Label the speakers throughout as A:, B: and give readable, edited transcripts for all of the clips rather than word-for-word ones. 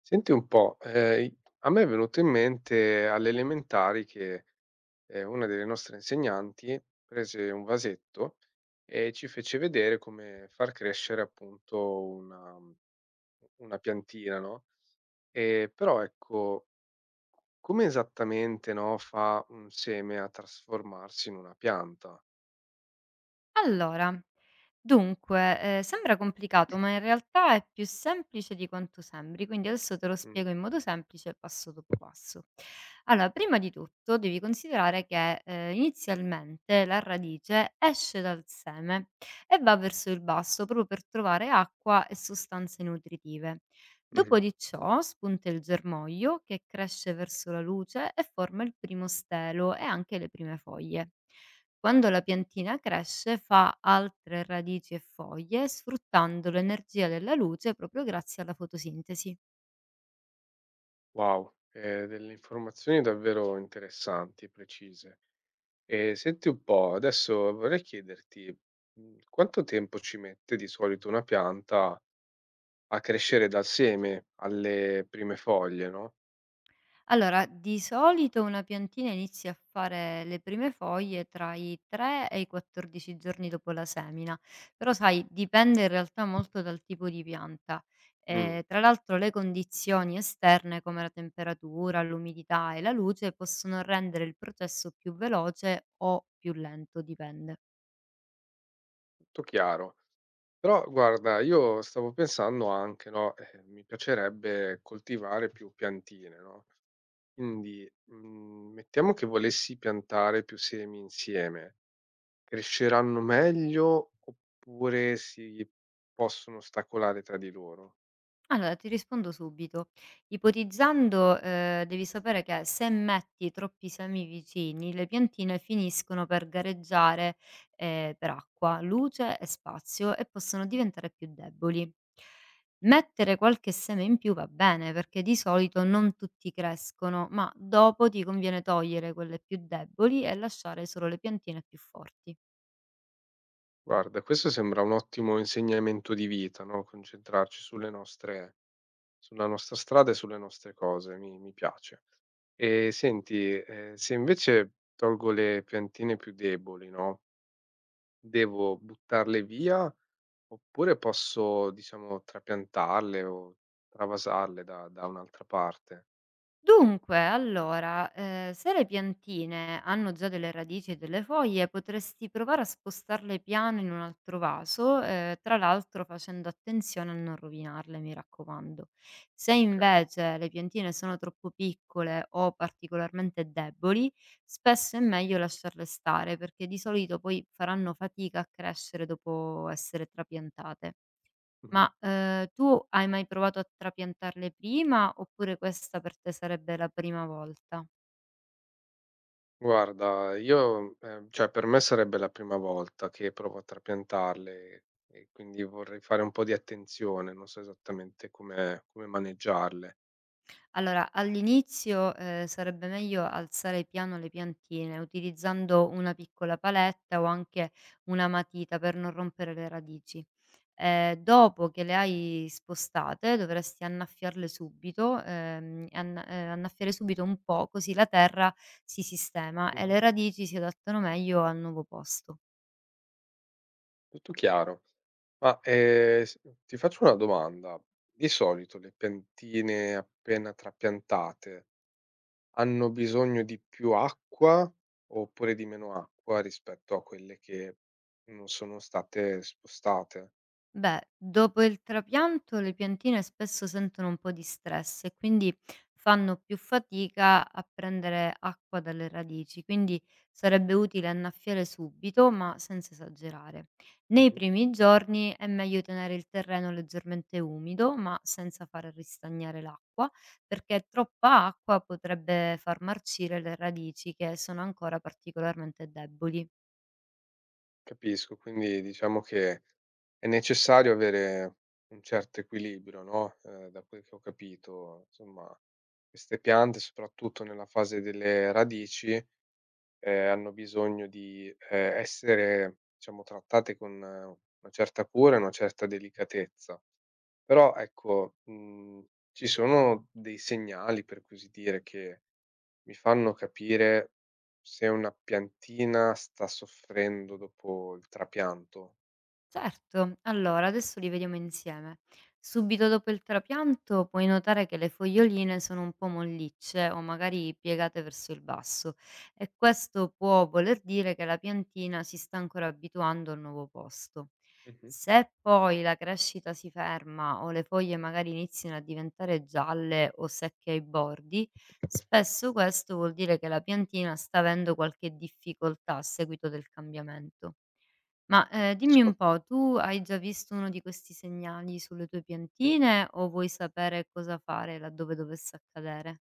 A: Senti un po', i a me è venuto in mente alle elementari che una delle nostre insegnanti prese un vasetto e ci fece vedere come far crescere appunto una, una piantina, no, però ecco, come esattamente, no, fa un seme a trasformarsi in una pianta?
B: Allora, dunque, sembra complicato, ma in realtà è più semplice di quanto sembri, quindi adesso te lo
A: Mh.
B: spiego in modo semplice, passo dopo passo. Allora, prima di tutto devi considerare che, inizialmente la radice esce dal seme e va verso il basso, proprio per trovare acqua e sostanze nutritive.
A: Mh-mh.
B: Dopo di ciò spunta il germoglio che cresce verso la luce e forma il primo stelo e anche le prime foglie. Quando la piantina cresce fa altre radici e foglie, sfruttando l'energia della luce proprio grazie alla fotosintesi.
A: Wow, delle informazioni davvero interessanti e precise. E senti un po', adesso vorrei chiederti, quanto tempo ci mette di solito una pianta a crescere dal seme alle prime foglie, no.
B: Allora, di solito una piantina inizia a fare le prime foglie tra i 3 e i 14 giorni dopo la semina, però sai, dipende in realtà molto dal tipo di pianta.
A: Mh,
B: Tra l'altro le condizioni esterne come la temperatura, l'umidità e la luce possono rendere il processo più veloce o più lento, dipende.
A: tutto chiaro. Però guarda, io stavo pensando anche, no, mi piacerebbe coltivare più piantine, no, quindi, mettiamo che volessi piantare più semi insieme, cresceranno meglio oppure si possono ostacolare tra di loro?
B: Allora, ti rispondo subito. Ipotizzando, devi sapere che se metti troppi semi vicini, le piantine finiscono per gareggiare, per acqua, luce e spazio e possono diventare più deboli. Mettere qualche seme in più va bene, perché di solito non tutti crescono, ma dopo ti conviene togliere quelle più deboli e lasciare solo le piantine più forti.
A: Guarda, questo sembra un ottimo insegnamento di vita, no, concentrarci sulle nostre sulla nostra strada e sulle nostre cose, mi piace. E senti, se invece tolgo le piantine più deboli, no, devo buttarle via oppure posso, diciamo, trapiantarle o travasarle da un'altra parte?
B: Dunque, allora, se le piantine hanno già delle radici e delle foglie, potresti provare a spostarle piano in un altro vaso, tra l'altro facendo attenzione a non rovinarle, mi raccomando. Se
A: Okay.
B: invece le piantine sono troppo piccole o particolarmente deboli, spesso è meglio lasciarle stare, perché di solito poi faranno fatica a crescere dopo essere trapiantate. Ma,
A: Mh-mh.
B: tu hai mai provato a trapiantarle prima, oppure questa per te sarebbe la prima volta?
A: Guarda, io cioè per me sarebbe la prima volta che provo a trapiantarle e quindi vorrei fare un po' di attenzione, non so esattamente come maneggiarle.
B: Allora, all'inizio, sarebbe meglio alzare piano le piantine, utilizzando una piccola paletta o anche una matita per non rompere le radici. Dopo che le hai spostate dovresti annaffiarle subito, annaffiare subito un po', così la terra si sistema e
A: Mh-mh.
B: le radici si adattano meglio al nuovo posto.
A: Tutto chiaro. Ma, s ti faccio una domanda: di solito le piantine appena trapiantate hanno bisogno di più acqua oppure di meno acqua rispetto a quelle che non sono state spostate?
B: Beh, dopo il trapianto le piantine spesso sentono un po' di stress e quindi fanno più fatica a prendere acqua dalle radici, quindi sarebbe utile annaffiare subito, ma senza esagerare. Nei
A: Mh-mh.
B: primi giorni è meglio tenere il terreno leggermente umido, ma senza far ristagnare l'acqua, perché troppa acqua potrebbe far marcire le radici che sono ancora particolarmente deboli.
A: Capisco, quindi diciamo che è necessario avere un certo equilibrio, no, da quel che ho capito, insomma, queste piante, soprattutto nella fase delle radici, hanno bisogno di, essere, diciamo, trattate con una certa cura e una certa delicatezza. Però ecco, ci sono dei segnali, per così dire, che mi fanno capire se una piantina sta soffrendo dopo il trapianto?
B: Certo, allora adesso li vediamo insieme. Subito dopo il trapianto puoi notare che le foglioline sono un po' mollicce o magari piegate verso il basso e questo può voler dire che la piantina si sta ancora abituando al nuovo posto.
A: Mh-mh.
B: Se poi la crescita si ferma o le foglie magari iniziano a diventare gialle o secche ai bordi, spesso questo vuol dire che la piantina sta avendo qualche difficoltà a seguito del cambiamento. Ma, dimmi un
A: Capisco.
B: po', tu hai già visto uno di questi segnali sulle tue piantine o vuoi sapere cosa fare laddove dovesse accadere?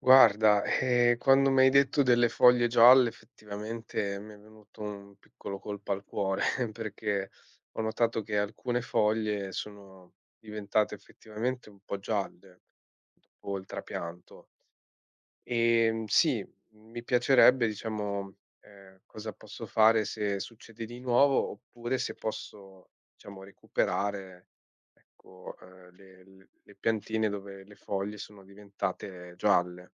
A: Guarda, quando mi hai detto delle foglie gialle effettivamente mi è venuto un piccolo colpo al cuore, perché ho notato che alcune foglie sono diventate effettivamente un po' gialle dopo il trapianto. Sì, mi piacerebbe, diciamo, cosa posso fare se succede di nuovo, oppure se posso, diciamo, recuperare, ecco, le piantine dove le foglie sono diventate gialle,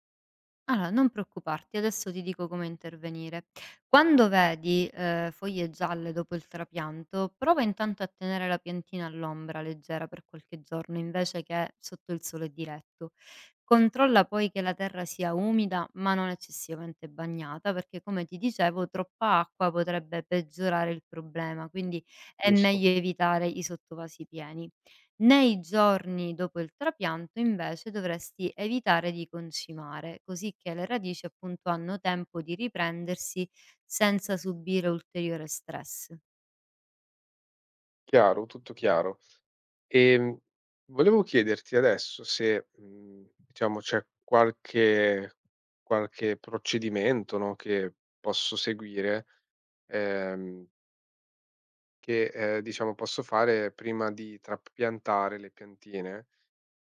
B: Allora, non preoccuparti, adesso ti dico come intervenire. Quando vedi, foglie gialle dopo il trapianto, prova intanto a tenere la piantina all'ombra leggera per qualche giorno, invece che sotto il sole diretto. Controlla poi che la terra sia umida, ma non eccessivamente bagnata, perché come ti dicevo troppa acqua potrebbe peggiorare il problema, quindi è
A: giusto?
B: meglio evitare i sottovasi pieni. Nei giorni dopo il trapianto invece dovresti evitare di concimare, così che le radici appunto hanno tempo di riprendersi senza subire ulteriore stress.
A: Chiaro, tutto chiaro. Ehm, Volevo chiederti adesso se, diciamo, c'è qualche procedimento, no, che posso seguire, ehm che, diciamo posso fare prima di trapiantare le piantine,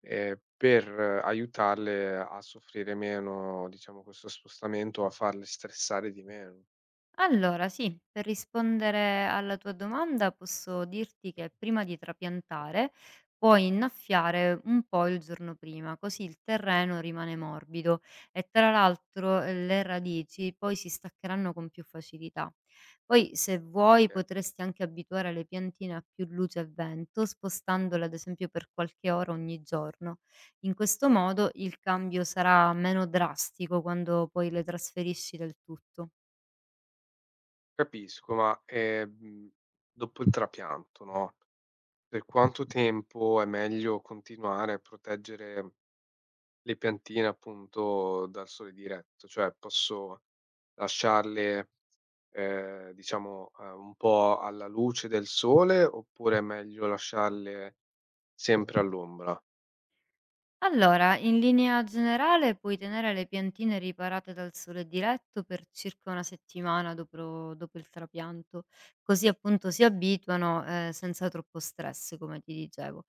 A: per aiutarle a soffrire meno, diciamo, questo spostamento, a farle stressare di meno.
B: Allora sì, per rispondere alla tua domanda posso dirti che prima di trapiantare puoi innaffiare un po' il giorno prima, così il terreno rimane morbido e tra l'altro le radici poi si staccheranno con più facilità. Poi se vuoi
A: Okay,
B: potresti anche abituare le piantine a più luce e vento, spostandole ad esempio per qualche ora ogni giorno. In questo modo il cambio sarà meno drastico quando poi le trasferisci del tutto.
A: capisco, ma, dopo il trapianto, no, per quanto tempo è meglio continuare a proteggere le piantine, appunto, dal sole diretto? Cioè posso lasciarle diciamo, un po' alla luce del sole, oppure è meglio lasciarle sempre all'ombra?
B: Allora, in linea generale puoi tenere le piantine riparate dal sole diretto per circa una settimana dopo il trapianto, così appunto si abituano senza troppo stress, come ti dicevo.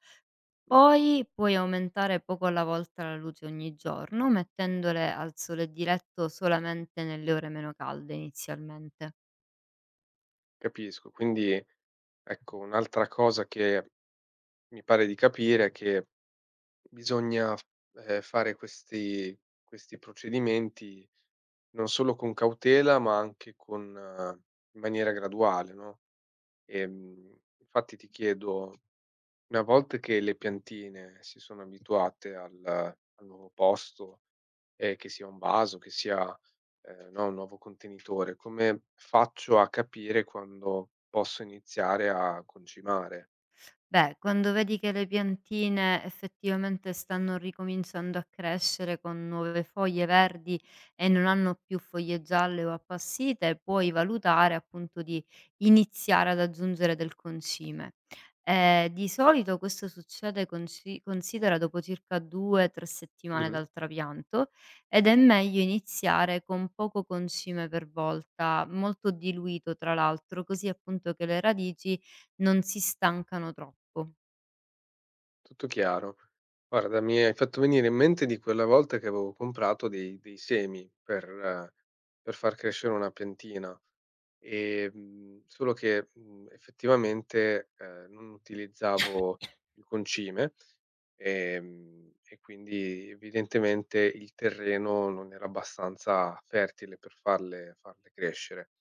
A: Mh-mh.
B: Poi puoi aumentare poco alla volta la luce ogni giorno, mettendole al sole diretto solamente nelle ore meno calde inizialmente.
A: Capisco, quindi ecco un'altra cosa che mi pare di capire è che bisogna f fare questi procedimenti non solo con cautela, ma anche con in maniera graduale, no, infatti ti chiedo: una volta che le piantine si sono abituate al nuovo posto, che sia un vaso, che sia, no, un nuovo contenitore, come faccio a capire quando posso iniziare a concimare?
B: Beh, quando vedi che le piantine effettivamente stanno ricominciando a crescere con nuove foglie verdi e non hanno più foglie gialle o appassite, puoi valutare appunto di iniziare ad aggiungere del concime. Di solito questo succede, considera, dopo circa 2-3 settimane
A: Mh-mh.
B: dal trapianto ed è meglio iniziare con poco concime per volta, molto diluito tra l'altro, così appunto che le radici non si stancano troppo.
A: Tutto chiaro. Guarda, mi hai fatto venire in mente di quella volta che avevo comprato dei semi per far crescere una piantina, solo che, effettivamente, non utilizzavo il concime, e quindi evidentemente il terreno non era abbastanza fertile per farle crescere.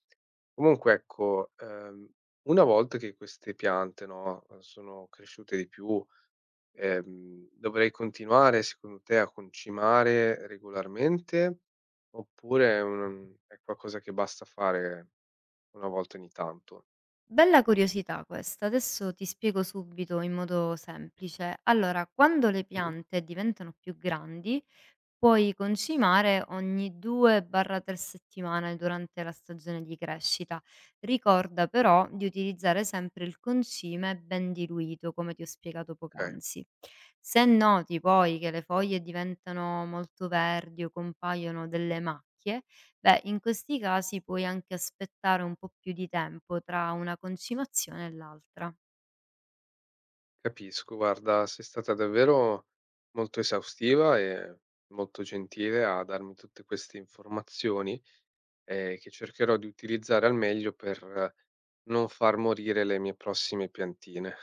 A: Comunque ecco, una volta che queste piante, no, sono cresciute di più, dovrei continuare secondo te a concimare regolarmente, oppure è qualcosa che basta fare una volta ogni tanto?
B: Bella curiosità questa, adesso ti spiego subito in modo semplice. Allora, quando le
A: Mh-mh.
B: piante diventano più grandi, puoi concimare ogni 2-3 settimane durante la stagione di crescita. Ricorda però di utilizzare sempre il concime ben diluito, come ti ho spiegato
A: Okay,
B: poc'anzi. Se noti poi che le foglie diventano molto verdi o compaiono delle macchie, beh, in questi casi puoi anche aspettare un po' più di tempo tra una concimazione e l'altra.
A: capisco. Guarda, sei stata davvero molto esaustiva e molto gentile a darmi tutte queste informazioni, che cercherò di utilizzare al meglio per non far morire le mie prossime piantine.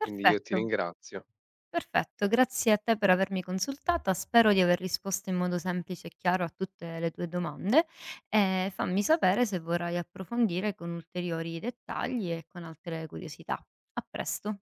A: Quindi io ti ringrazio.
B: Perfetto, grazie a te per avermi consultata, spero di aver risposto in modo semplice e chiaro a tutte le tue domande e fammi sapere se vorrai approfondire con ulteriori dettagli e con altre curiosità. A presto.